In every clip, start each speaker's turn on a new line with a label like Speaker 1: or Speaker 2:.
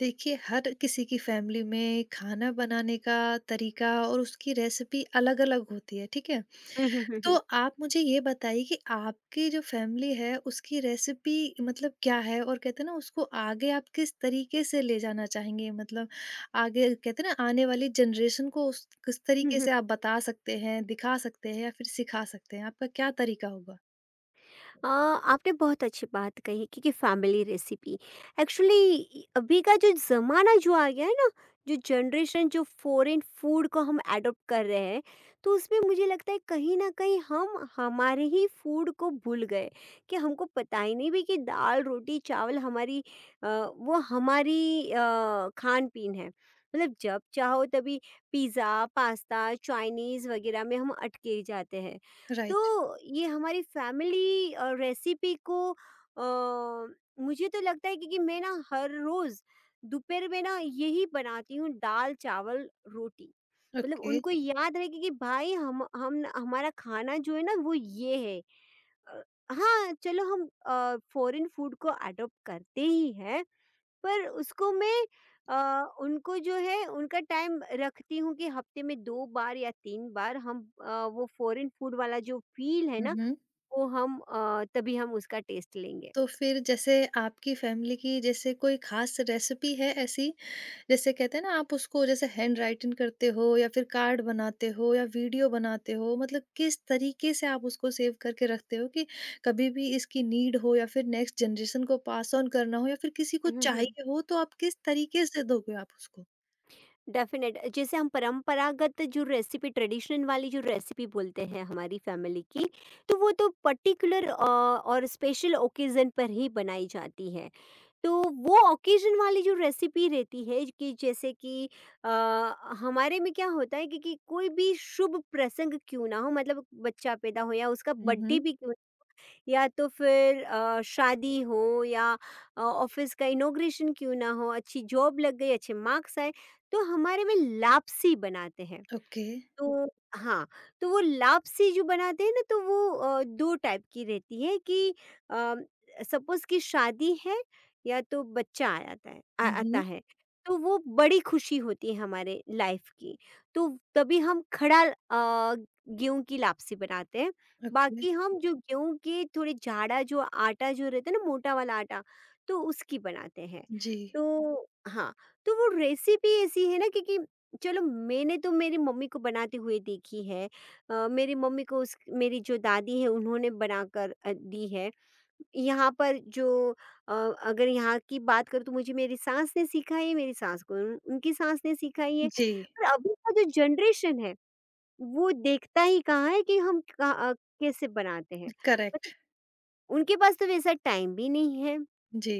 Speaker 1: देखिए, हर किसी की फैमिली में खाना बनाने का तरीका और उसकी रेसिपी अलग-अलग होती है, ठीक है?
Speaker 2: हुँ, हुँ, हुँ,
Speaker 1: तो
Speaker 2: हुँ।
Speaker 1: आप मुझे ये बताइए कि आपकी जो फैमिली है उसकी रेसिपी मतलब क्या है? और कहते हैं ना, उसको आगे आप किस तरीके से ले जाना चाहेंगे? मतलब आगे कहते हैं ना, आने वाली जनरेशन को उस किस
Speaker 2: हुँ,
Speaker 1: तरीके
Speaker 2: हुँ।
Speaker 1: से आप बता सकते हैं, दिखा सकते हैं या फिर सिखा सकते हैं? आपका क्या तरीका होगा?
Speaker 2: आपने बहुत अच्छी बात कही, क्योंकि फैमिली रेसिपी एक्चुअली अभी का जो ज़माना जो आ गया है ना, जो जनरेशन जो फ़ॉरेन फूड को हम एडॉप्ट कर रहे हैं, तो उसमें मुझे लगता है कहीं न कहीं हम हमारे ही फूड को भूल गए कि हमको पता ही नहीं भी कि दाल, रोटी, चावल अ, वो हमारी खान-पीन है। मतलब जब चाहो तभी पिज़्ज़ा, पास्ता, चाइनीज़ वगैरह में हम अटके जाते हैं।
Speaker 1: राइट,
Speaker 2: तो ये हमारी फैमिली रेसिपी को, मुझे तो लगता है कि मैं ना हर रोज़ दोपहर में ना यही बनाती हूँ, दाल, चावल, रोटी। मतलब
Speaker 1: ओके।
Speaker 2: उनको याद रहे कि भाई हम हमारा खाना जो है ना वो ये है। अ, हाँ, चलो हम फ़ॉरेन फ़ूड को अडॉप्ट करते ही हैं, पर उसको मैं उनको जो है उनका टाइम रखती हूँ कि हफ्ते में 2 बार या 3 बार हम वो फॉरेन फूड वाला जो फ़ील है
Speaker 1: हुँ,
Speaker 2: ना,
Speaker 1: हुँ।
Speaker 2: वो हम तभी हम उसका टेस्ट लेंगे।
Speaker 1: तो फिर जैसे आपकी फैमिली की जैसे कोई खास रेसिपी है ऐसी? जैसे कहते हैं ना, आप उसको जैसे हैंड राइटिंग करते हो या फिर कार्ड बनाते हो या वीडियो बनाते हो, मतलब किस तरीके से आप उसको सेव करके रखते हो कि कभी भी इसकी नीड हो या फिर नेक्स्ट जनरेशन को पास ऑन करना हो या फिर किसी को चाहिए हो तो आप किस तरीके से दोगे आप उसको?
Speaker 2: डेफिनेट, जैसे हम परंपरागत जो रेसिपी, ट्रेडिशनल वाली जो रेसिपी बोलते हैं हमारी फैमिली की, तो वो तो पर्टिकुलर और स्पेशल ओकेज़न पर ही बनाई जाती है। तो वो ओकेजन वाली जो रेसिपी रहती है, कि जैसे कि अ, हमारे में क्या होता है कि कोई भी शुभ प्रसंग क्यों ना हो, मतलब बच्चा पैदा हो या उसका
Speaker 1: हुँ,
Speaker 2: बर्थडे
Speaker 1: हुँ।
Speaker 2: भी क्यों, या तो फिर शादी हो या ऑफिस का इनॉग्रेशन क्यों ना हो, अच्छी जॉब लग गई, अच्छे मार्क्स आए, तो हमारे में लापसी बनाते हैं।
Speaker 1: ओके।
Speaker 2: तो हाँ, तो वो लापसी जो बनाते हैं ना, तो वो 2 टाइप की रहती है कि अ, सपोज़ कि शादी है या तो बच्चा आ जाता है, आ
Speaker 1: हुँ,
Speaker 2: आता
Speaker 1: हुँ।
Speaker 2: है, तो वो बड़ी खुशी होती है हमारे लाइफ़ की। तो तभी हम खड़ा गेहूँ की लापसी बनाते हैं।
Speaker 1: ओके।
Speaker 2: बाकी हम जो गेहूँ के थोड़े जाड़ा जो आटा जो रहता है ना, मोटा वाला आटा, तो उसकी बनाते हैं।
Speaker 1: जी।
Speaker 2: तो हाँ, तो वो रेसिपी ऐसी है ना, क्योंकि चलो मैंने तो मेरी मम्मी को बनाते हुए देखी है, मेरी मम्मी को उस, मेरी जो दादी है उन्होंने बनाकर दी है। यहाँ पर जो अगर यहाँ की बात करूँ, तो मुझे मेरी सास ने सिखाई है, मेरी सास को उनकी सास ने सिखाई है।
Speaker 1: जी,
Speaker 2: पर अभी का जो जनरेशन है वो देखता ही कहाँ है कि हम कैसे बनाते हैं। मतलब
Speaker 1: करेक्ट।
Speaker 2: उनके पास तो वैसा टाइम भी नहीं है,
Speaker 1: जी।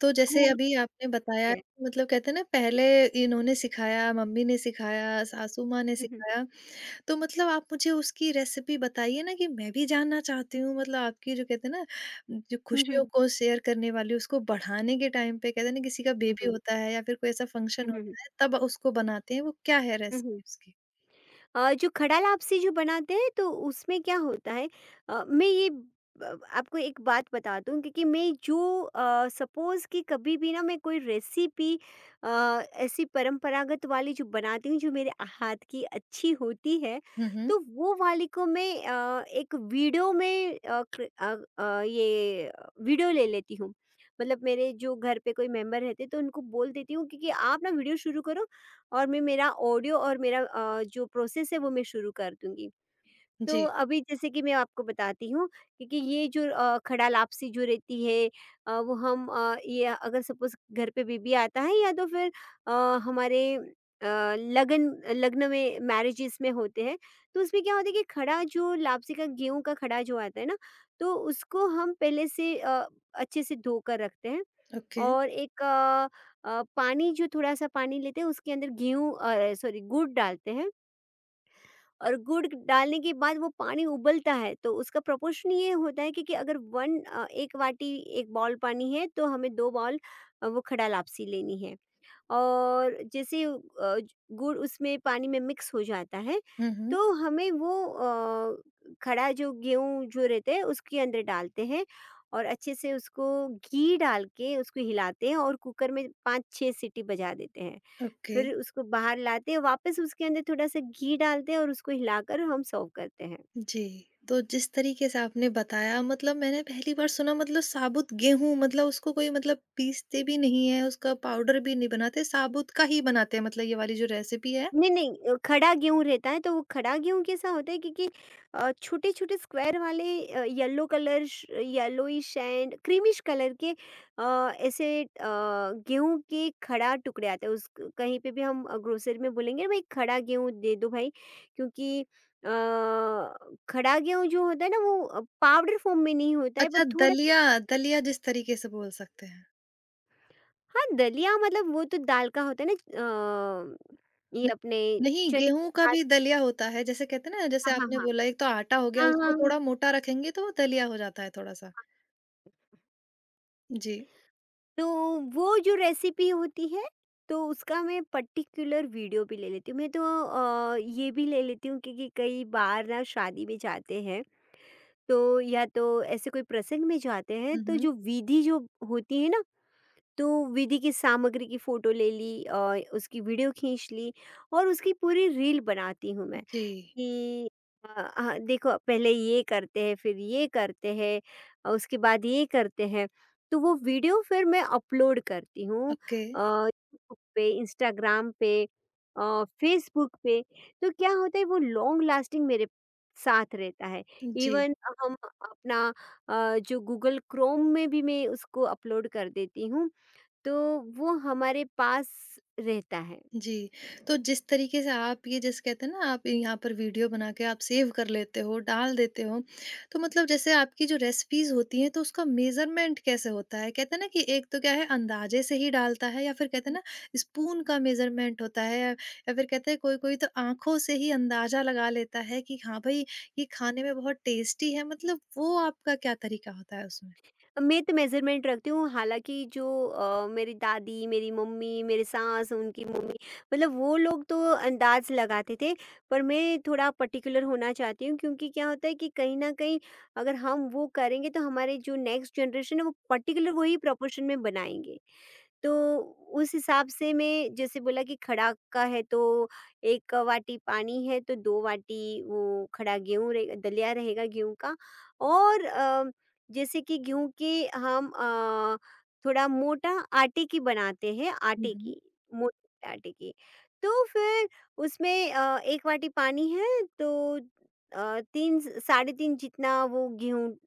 Speaker 1: तो जैसे
Speaker 2: स्कूल
Speaker 1: अभी आपने बताया,
Speaker 2: है।
Speaker 1: मतलब कहते हैं ना, पहले इन्होंने सिखाया, मम्मी ने सिखाया, सासू माँ ने
Speaker 2: हम्म, हम्म,
Speaker 1: सिखाया। तो मतलब आप मुझे उसकी रेसिपी बताइए ना, कि मैं भी जानना चाहती हूँ, मतलब आपकी जो कहते हैं ना, जो
Speaker 2: हम्म,
Speaker 1: खुशियों
Speaker 2: हम्म,
Speaker 1: को शेयर करने वाली उसको बढ़ाने के टाइम पे कहते हैं ना, किसी का बेबी
Speaker 2: हम्म,
Speaker 1: होता है या फिर कोई ऐसा फंक्शन
Speaker 2: हम्म,
Speaker 1: होता है तब उसको बनाते हैं, वो क्या है
Speaker 2: हम्म।
Speaker 1: रेसिपी उसकी?
Speaker 2: जो खड़ा लापसी जो बनाते हैं तो उसमें क्या होता है, मैं ये आपको एक बात बता दूं, क्योंकि मैं जो सपोज कि कभी भी ना मैं कोई रेसिपी अ, ऐसी परंपरागत वाली जो बनाती हूँ, जो मेरे हाथ की अच्छी होती है,
Speaker 1: हुँ, हुँ।
Speaker 2: तो वो वाली को मैं एक वीडियो में ये वीडियो ले लेती हूँ। मतलब मेरे जो घर पे कोई मेंबर रहते तो उनको बोल देती हूँ क्योंकि आप ना वीडियो शुरू करो और मैं मेरा ऑडियो और मेरा जो प्रोसेस है वो मैं शुरू कर दूँगी। तो
Speaker 1: जी।
Speaker 2: अभी जैसे कि मैं आपको बताती हूँ, क्योंकि ये जो खड़ा-लापसी जो रहती है, वो हम ये अगर सपोज़ घर पे बेबी आता है या तो फिर अ, हमारे लगन लग्न में, मैरिजेज़ में होते हैं, तो उसमें क्या होता है कि खड़ा जो लापसी का गेहूँ का खड़ा जो आता है ना, तो उसको हम पहले से अच्छे से धोकर रखते हैं
Speaker 1: ओके।
Speaker 2: और एक पानी, जो थोड़ा-सा पानी लेते हैं उसके अंदर गेहूँ सॉरी, गुड़ डालते हैं। और गुड़ डालने के बाद वो पानी उबलता है, तो उसका प्रोपोर्शन ये होता है कि अगर एक वाटी, एक बॉल पानी है, तो हमें दो बॉल वो खड़ा लापसी लेनी है। और जैसे गुड़ उसमें, पानी में मिक्स हो जाता है,
Speaker 1: हुँ, हुँ।
Speaker 2: तो हमें वो खड़ा जो गेहूं जो रहते हैं उसके अंदर डालते हैं और अच्छे से उसको घी डाल के उसको हिलाते हैं, और कुकर में पाँच छः सीटी बजा देते हैं।
Speaker 1: ओके।
Speaker 2: फिर उसको बाहर लाते हैं, वापस उसके अंदर थोड़ा सा घी डालते हैं और उसको हिलाकर हम सर्व करते हैं।
Speaker 1: जी, तो जिस तरीके से आपने बताया, मतलब मैंने पहली बार सुना, मतलब साबुत गेहूँ मतलब उसको कोई मतलब पीसते भी नहीं है, उसका पाउडर भी नहीं बनाते, साबुत का ही बनाते हैं मतलब ये वाली जो रेसिपी है।
Speaker 2: नहीं, नहीं, खड़ा गेहूँ रहता है, तो वो खड़ा गेहूँ कैसा होता है, क्योंकि छोटे-छोटे स्क्वायर वाले येलोइश एंड क्रीमिश कलर के अ, ऐसे गेहूँ के खड़ा टुकड़े आते हैं। उस, कहीं पे भी हम ग्रोसरी में बोलेंगे, भाई खड़ा गेहूँ दे दो भाई, क्योंकि अ, खड़ा गेहूँ जो होता है ना, वो पाउडर फॉर्म में नहीं होता है, पर
Speaker 1: अच्छा,
Speaker 2: थोड़ा।
Speaker 1: दलिया, दलिया जिस तरीके से बोल सकते हैं।
Speaker 2: हाँ, दलिया मतलब वो तो दाल का होता है ना, ये
Speaker 1: न
Speaker 2: अपने
Speaker 1: नहीं,
Speaker 2: चने की
Speaker 1: गेहूँ का
Speaker 2: दाल।
Speaker 1: भी दलिया होता है, जैसे कहते हैं ना, जैसे
Speaker 2: हाँ, हाँ,
Speaker 1: आपने
Speaker 2: हाँ।
Speaker 1: बोला एक तो आटा हो गया
Speaker 2: हाँ, हाँ,
Speaker 1: उसको
Speaker 2: हाँ।
Speaker 1: थोड़ा मोटा रखेंगे तो वो दलिया हो जाता है थोड़ा-सा। जी।
Speaker 2: तो वो जो रेसिपी होती है, तो उसका मैं पर्टिकुलर वीडियो भी ले लेती हूँ। मैं तो ये भी ले लेती हूँ, क्योंकि कई बार ना शादी में जाते हैं, तो या तो ऐसे कोई प्रसंग में जाते हैं,
Speaker 1: हुँ,
Speaker 2: तो
Speaker 1: हुँ।
Speaker 2: जो विधि जो होती है ना, तो विधि की सामग्री की फ़ोटो ले ली और उसकी वीडियो खींच ली, और उसकी पूरी रील बनाती हूँ मैं,
Speaker 1: जी,
Speaker 2: कि अ, हाँ, देखो पहले ये करते हैं, फिर ये करते हैं, उसके बाद ये करते हैं। तो वो वीडियो फिर मैं अपलोड करती हूँ,
Speaker 1: ओके।
Speaker 2: यूट्यूब पे, इंस्टाग्राम पे, फेसबुक पे। तो क्या होता है, वो लॉन्ग लास्टिंग मेरे साथ रहता है।
Speaker 1: जी।
Speaker 2: इवन हम अपना जो गूगल क्रोम में भी मैं उसको अपलोड कर देती हूँ, तो वो हमारे पास रहता है।
Speaker 1: जी, तो जिस तरीके से आप ये जैसे कहते हैं ना, आप यहाँ पर वीडियो बना के आप सेव कर लेते हो, डाल देते हो, तो मतलब जैसे आपकी जो रेसिपीज़ होती हैं तो उसका मेज़रमेंट कैसे होता है? कहते हैं ना, कि एक तो क्या है अंदाज़े से ही डालता है या फिर कहते हैं ना, स्पून का मेज़रमेंट होता है या फिर कहते हैं कोई-कोई तो आँखों से ही अंदाज़ा लगा लेता है कि हाँ भाई, ये खाने में बहुत टेस्टी है, मतलब वो आपका क्या तरीका होता है उसमें?
Speaker 2: मिड मेजरमेंट रखती हूँ, हालांकि जो मेरी दादी, मेरी मम्मी, मेरे सास, उनकी मम्मी, मतलब वो लोग तो अंदाज लगाते थे। पर मैं थोड़ा पर्टिकुलर होना चाहती हूँ, क्योंकि क्या होता है कि कहीं ना कहीं अगर हम वो करेंगे तो हमारे जो नेक्स्ट जनरेशन है वो पर्टिकुलर वही प्रोपोर्शन में बनाएंगे। तो उस हिसाब से मैं, जैसे बोला कि खड़ा का है, तो 1 वाटी पानी है, तो 2 वाटी वो खड़ा गेहूँ रहे, दलिया रहेगा गेहूँ का। और जैसे कि गेहूँ की हम थोड़ा मोटा आटे की बनाते हैं,
Speaker 1: हुँ,
Speaker 2: आटे
Speaker 1: हुँ।
Speaker 2: की, मोटे आटे की। तो फिर उसमें 1 वाटी पानी है, तो 3 साढ़े 3 जितना वो गेहूँ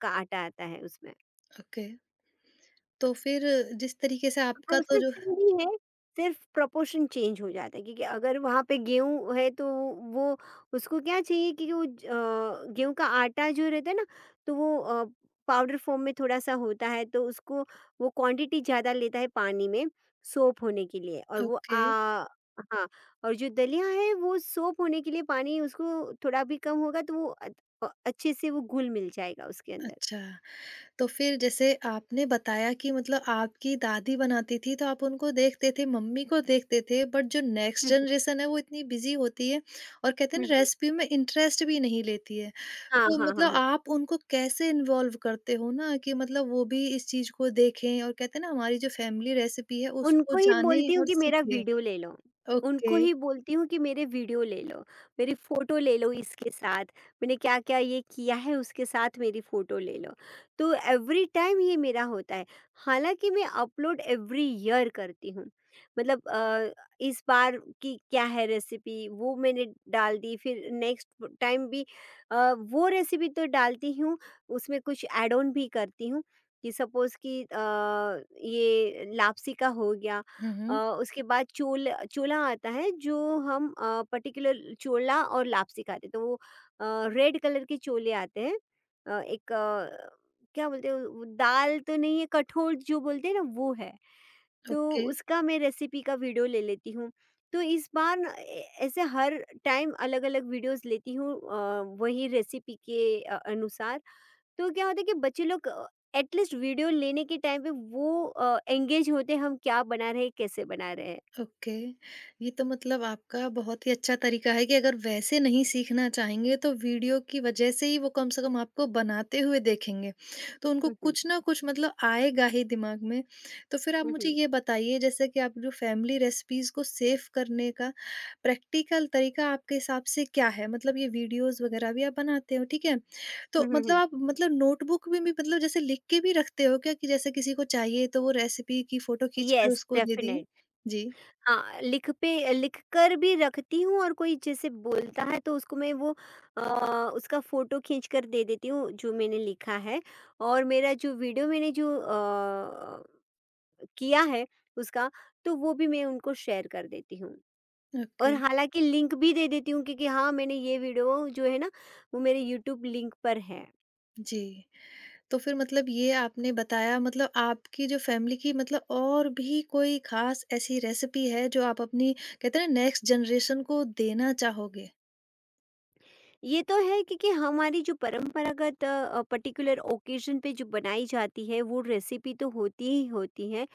Speaker 2: का आटा आता है उसमें।
Speaker 1: ओके, तो फिर जिस तरीके से आपका तो
Speaker 2: प्रोसेस
Speaker 1: जो
Speaker 2: सेम ही है, सिर्फ प्रपोर्शन चेंज हो जाता है, क्योंकि अगर वहाँ पे गेहूँ है तो वो, उसको क्या चाहिए कि वो गेहूँ का आटा जो रहता है ना, तो वो पाउडर फॉर्म में थोड़ा-सा होता है, तो उसको वो क्वांटिटी ज़्यादा लेता है पानी में सोप होने के लिए, और वो
Speaker 1: ओके,
Speaker 2: आ। हाँ, और जो दलिया है वो सोप होने के लिए पानी उसको थोड़ा भी कम होगा तो वो अच्छे से वो घुल-मिल जाएगा उसके अंदर।
Speaker 1: अच्छा। तो फिर जैसे आपने बताया कि मतलब आपकी दादी बनाती थी तो आप उनको देखते थे, मम्मी को देखते थे, बट जो नेक्स्ट
Speaker 2: हुँ, हुँ।
Speaker 1: जनरेशन है वो इतनी बिज़ी होती है और कहते हैं
Speaker 2: हुँ,
Speaker 1: ना,
Speaker 2: हुँ।
Speaker 1: रेसिपी में इंटरेस्ट भी नहीं लेती है।
Speaker 2: हाँ,
Speaker 1: तो
Speaker 2: हाँ, हाँ,
Speaker 1: मतलब
Speaker 2: हाँ।
Speaker 1: आप उनको कैसे इन्वॉल्व करते हो ना, कि मतलब वो भी इस चीज़ को देखें और कहते हैं ना, हमारी जो फैमिली रेसिपी है उसको
Speaker 2: उनको ही
Speaker 1: जानें
Speaker 2: बोलती हूँ
Speaker 1: और
Speaker 2: कि मेरा
Speaker 1: सीखें?
Speaker 2: वीडियो ले लो, उनको
Speaker 1: ओके।
Speaker 2: ही बोलती हूँ कि मेरे वीडियो ले लो, मेरी फ़ोटो ले लो इसके साथ, मैंने क्या-क्या ये किया है उसके साथ मेरी फ़ोटो ले लो। तो एवरी टाइम ये मेरा होता है, हालाँकि मैं अपलोड एवरी ईयर करती हूँ। मतलब इस बार की क्या है रेसिपी, वो मैंने डाल दी, फिर नेक्स्ट टाइम भी वो रेसिपी तो डालती हूँ, उसमें कुछ ऐड ऑन भी करती हूँ। कि सपोज़ कि ये लापसी का हो गया,
Speaker 1: हुँ,
Speaker 2: अ,
Speaker 1: हुँ।
Speaker 2: उसके बाद चोला आता है, जो हम पर्टिकुलर चोला और लापसी खाते हैं, तो वो रेड कलर के चोले आते हैं। एक क्या बोलते हैं, वो दाल तो नहीं है, कठोल जो बोलते हैं ना, वो है। तो
Speaker 1: ओके।
Speaker 2: उसका मैं रेसिपी का वीडियो ले लेती हूँ। तो इस बार ना ए ऐसे हर टाइम अलग-अलग वीडियोज़ लेती हूँ, वही रेसिपी के अनुसार। तो क्या होता है कि बच्चे लोग एटलीस्ट वीडियो लेने के टाइम पे वो एंगेज होते हैं, हम क्या बना रहे हैं, कैसे बना रहे हैं।
Speaker 1: ओके, ये तो मतलब आपका बहुत ही अच्छा तरीका है कि अगर वैसे नहीं सीखना चाहेंगे तो वीडियो की वजह से ही वो कम से कम आपको बनाते हुए देखेंगे, तो उनको
Speaker 2: हम्म, हम्म,
Speaker 1: कुछ ना कुछ मतलब आएगा ही दिमाग में। तो फिर आप मुझे
Speaker 2: हम्म,
Speaker 1: ये बताइए जैसे कि आप जो फैमिली रेसिपीज को सेव करने का प्रैक्टिकल तरीका आपके हिसाब से क्या है, मतलब ये वीडियोस वगैरह भी आप बनाते हो, ठीक है, तो
Speaker 2: हम्म,
Speaker 1: मतलब आप मतलब नोटबुक में भी मतलब जैसे लिख के भी रखते हो क्या कि जैसे किसी को चाहिए तो वो रेसिपी की फोटो खींच कर
Speaker 2: यस
Speaker 1: उसको दे दिए।
Speaker 2: डेफिनेट।
Speaker 1: जी।
Speaker 2: हाँ, लिख पे लिख कर भी रखती हूँ, और कोई जैसे बोलता है तो उसको मैं वो अ, उसका फोटो खींच कर दे देती हूँ, जो मैंने लिखा है, और मेरा जो वीडियो मैंने जो किया है उसका, तो वो भी मैं उनको शेयर कर देती हूँ।
Speaker 1: ओके,
Speaker 2: और हालाँकि लिंक भी दे देती हूँ, क्योंकि हाँ, मैंने ये वीडियो जो है ना, वो मेरे यूट्यूब लिंक पर है।
Speaker 1: जी। तो फिर मतलब ये आपने बताया, मतलब आपकी जो फ़ैमिली की, मतलब और भी कोई ख़ास ऐसी रेसिपी है जो आप अपनी कहते हैं ना, नेक्स्ट जनरेशन को देना चाहोगे?
Speaker 2: ये तो है, क्योंकि हमारी जो परंपरागत पर्टिकुलर ओकेज़न पे जो बनाई जाती है, वो रेसिपी तो होती ही होती है,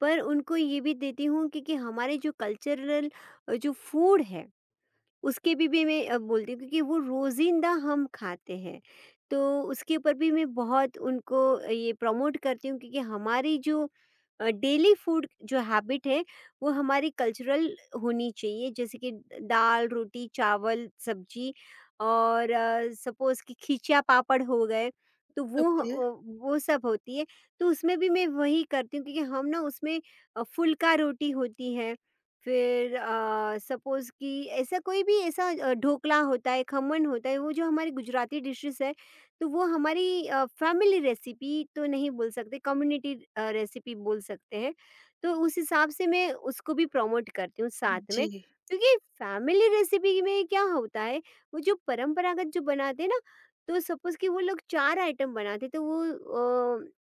Speaker 2: पर उनको ये भी देती हूँ, क्योंकि हमारे जो कल्चरल जो फूड है उसके भी मैं बोलती हूँ, क्योंकि वो रोज़िंदा हम खाते हैं। तो उसके ऊपर भी मैं बहुत उनको ये प्रमोट करती हूँ, क्योंकि हमारी जो डेली फूड जो हैबिट है वो हमारी कल्चरल होनी चाहिए, जैसे कि दाल, रोटी, चावल, सब्ज़ी और सपोज़ कि खिचिया पापड़ हो गए, तो वो
Speaker 1: ओके,
Speaker 2: वो सब होती है। तो उसमें भी मैं वही करती हूँ, क्योंकि हम ना उसमें फुल्का रोटी होती है, फिर सपोज़ कि ऐसा कोई भी ऐसा ढोकला होता है, खमन होता है, वो जो हमारी गुजराती डिशेज़ है, तो वो हमारी फैमिली रेसिपी तो नहीं बोल सकते, कम्युनिटी रेसिपी बोल सकते हैं। तो उस हिसाब से मैं उसको भी प्रमोट करती हूँ साथ
Speaker 1: जी,
Speaker 2: में, क्योंकि फैमिली रेसिपी में क्या होता है, वो जो परंपरागत जो बनाते हैं ना, तो सपोज़ कि वो लोग 4 आइटम बनाते हैं, तो वो अ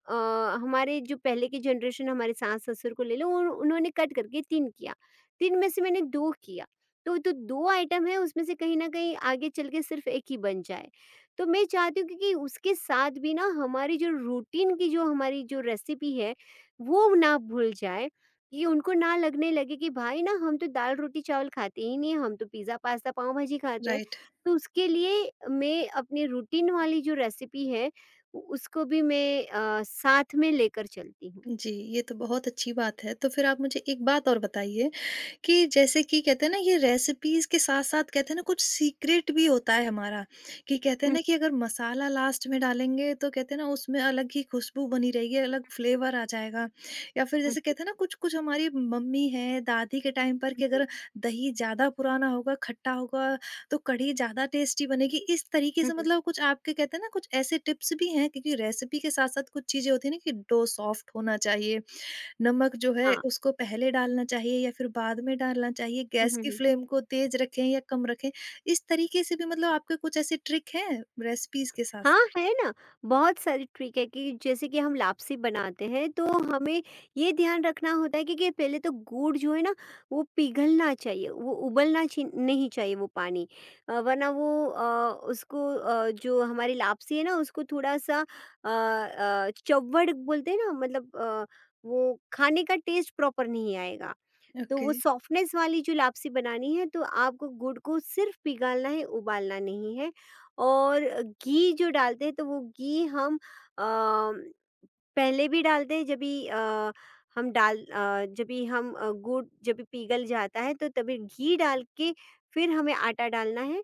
Speaker 2: अ, हमारे जो पहले की जनरेशन, हमारे सास-ससुर को ले लो, उन उन्होंने कट करके 3 किया। 3 में से मैंने 2 किया, तो जो 2 आइटम है उसमें से कहीं न कहीं आगे चल के सिर्फ़ 1 ही बन जाए। तो मैं चाहती हूँ कि उसके साथ भी ना हमारी जो रूटीन की जो हमारी जो रेसिपी है, वो ना भूल जाए, कि उनको ना लगने लगे कि भाई ना हम तो दाल-रोटी चावल खाते ही नहीं हैं, हम तो पिज़्ज़ा, पास्ता, पाव-भाजी खाते हैं।
Speaker 1: राइट।
Speaker 2: तो उसके लिए मैं अपनी रूटीन वाली जो रेसिपी है, उ उसको भी मैं साथ में लेकर चलती हूँ।
Speaker 1: जी, ये तो बहुत अच्छी बात है। तो फिर आप मुझे एक बात और बताइए कि जैसे कि कहते हैं ना, ये रेसिपीज़ के साथ-साथ कहते हैं ना, कुछ सीक्रेट भी होता है हमारा, कि कहते हैं
Speaker 2: हुँ,
Speaker 1: ना, कि अगर मसाला लास्ट में डालेंगे तो कहते हैं ना, उसमें अलग ही खुशबू बनी रहेगी, अलग फ्लेवर आ जाएगा। या फिर
Speaker 2: हुँ,
Speaker 1: जैसे कहते हैं ना, कुछ-कुछ हमारी मम्मी है, दादी के टाइम पर
Speaker 2: हुँ,
Speaker 1: कि
Speaker 2: हुँ,
Speaker 1: अगर दही ज़्यादा पुराना होगा, खट्टा होगा, तो कढ़ी ज़्यादा टेस्टी बनेगी। इस तरीके
Speaker 2: हुँ,
Speaker 1: से
Speaker 2: हुँ।
Speaker 1: मतलब कुछ आपके कहते हैं ना, कुछ ऐसे टिप्स भी हैं क्योंकि रेसिपी के साथ-साथ कुछ चीज़ें होती हैं ना, कि डो सॉफ्ट होना चाहिए, नमक जो है
Speaker 2: हाँ।
Speaker 1: उसको पहले डालना चाहिए या फिर बाद में डालना चाहिए?
Speaker 2: हुँ,
Speaker 1: गैस
Speaker 2: हुँ,
Speaker 1: की
Speaker 2: हुँ।
Speaker 1: फ्लेम को तेज़ रखें या कम रखें? इस तरीके से भी मतलब आपके कुछ ऐसे ट्रिक हैं रेसिपीज़ के साथ-साथ?
Speaker 2: हाँ, है ना, बहुत सारी ट्रिक है कि जैसे कि हम लापसी बनाते हैं, तो हमें ये ध्यान रखना होता है कि पहले तो गुड़ जो है ना, वो पिघलना चाहिए, वो उबलना ची नहीं चाहिए वो पानी, वरना वो उसको, जो हमारी लापसी है ना उसको थोड़ा-सा चव्वड़ बोलते हैं ना, मतलब वो खाने का टेस्ट प्रॉपर नहीं आएगा। तो
Speaker 1: ओके।
Speaker 2: वो सॉफ्टनेस वाली जो लापसी बनानी है, तो आपको गुड़ को सिर्फ पिघालना है, उबालना नहीं है। और घी जो डालते हैं तो वो घी हम अ, पहले भी डालते हैं, जब भी जब भी हम गुड़ जब भी पिघल जाता है तो तभी घी डाल के फिर हमें आटा डालना है।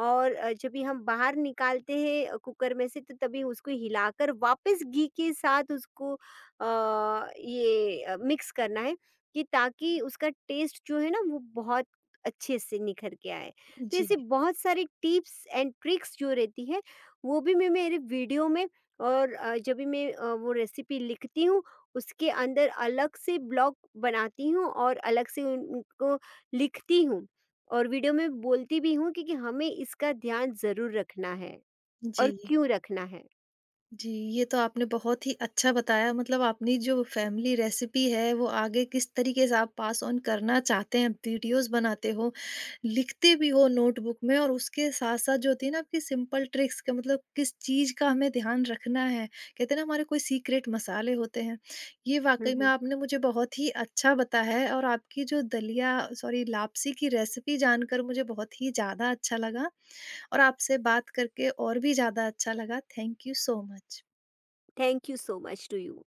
Speaker 2: और जब भी हम बाहर निकालते हैं कुकर में से, तो तभी उसको हिलाकर वापस घी के साथ उसको मिक्स करना है, कि ताकि उसका टेस्ट जो है ना वो बहुत अच्छे से निखर के आए। तो
Speaker 1: जी,
Speaker 2: ऐसे बहुत सारी टिप्स एंड ट्रिक्स जो रहती है वो भी मैं मेरे वीडियो में, और जब भी मैं वो रेसिपी लिखती हूँ, उसके अंदर अलग से ब्लॉग बनाती हूँ और अलग से उनको लिखती हूँ, और वीडियो में बोलती भी हूँ कि हमें इसका ध्यान ज़रूर रखना है
Speaker 1: जी।
Speaker 2: और क्यों रखना है।
Speaker 1: जी, ये तो आपने बहुत ही अच्छा बताया, मतलब आपने जो फैमिली रेसिपी है वो आगे किस तरीके से आप पास ऑन करना चाहते हैं, वीडियोस बनाते हो, लिखते भी हो नोटबुक में, और उसके साथ-साथ जो होती है ना, आपकी सिंपल ट्रिक्स का मतलब किस चीज़ का हमें ध्यान रखना है, कहते हैं ना, हमारे कोई सीक्रेट मसाले होते हैं। ये वाक़ई में आपने मुझे बहुत ही अच्छा बताया है और आपकी जो दलिया सॉरी लापसी की रेसिपी जानकर मुझे बहुत ही ज़्यादा अच्छा लगा और आपसे बात करके और भी ज़्यादा अच्छा लगा। Thank you so much.
Speaker 2: Thank you so much to you.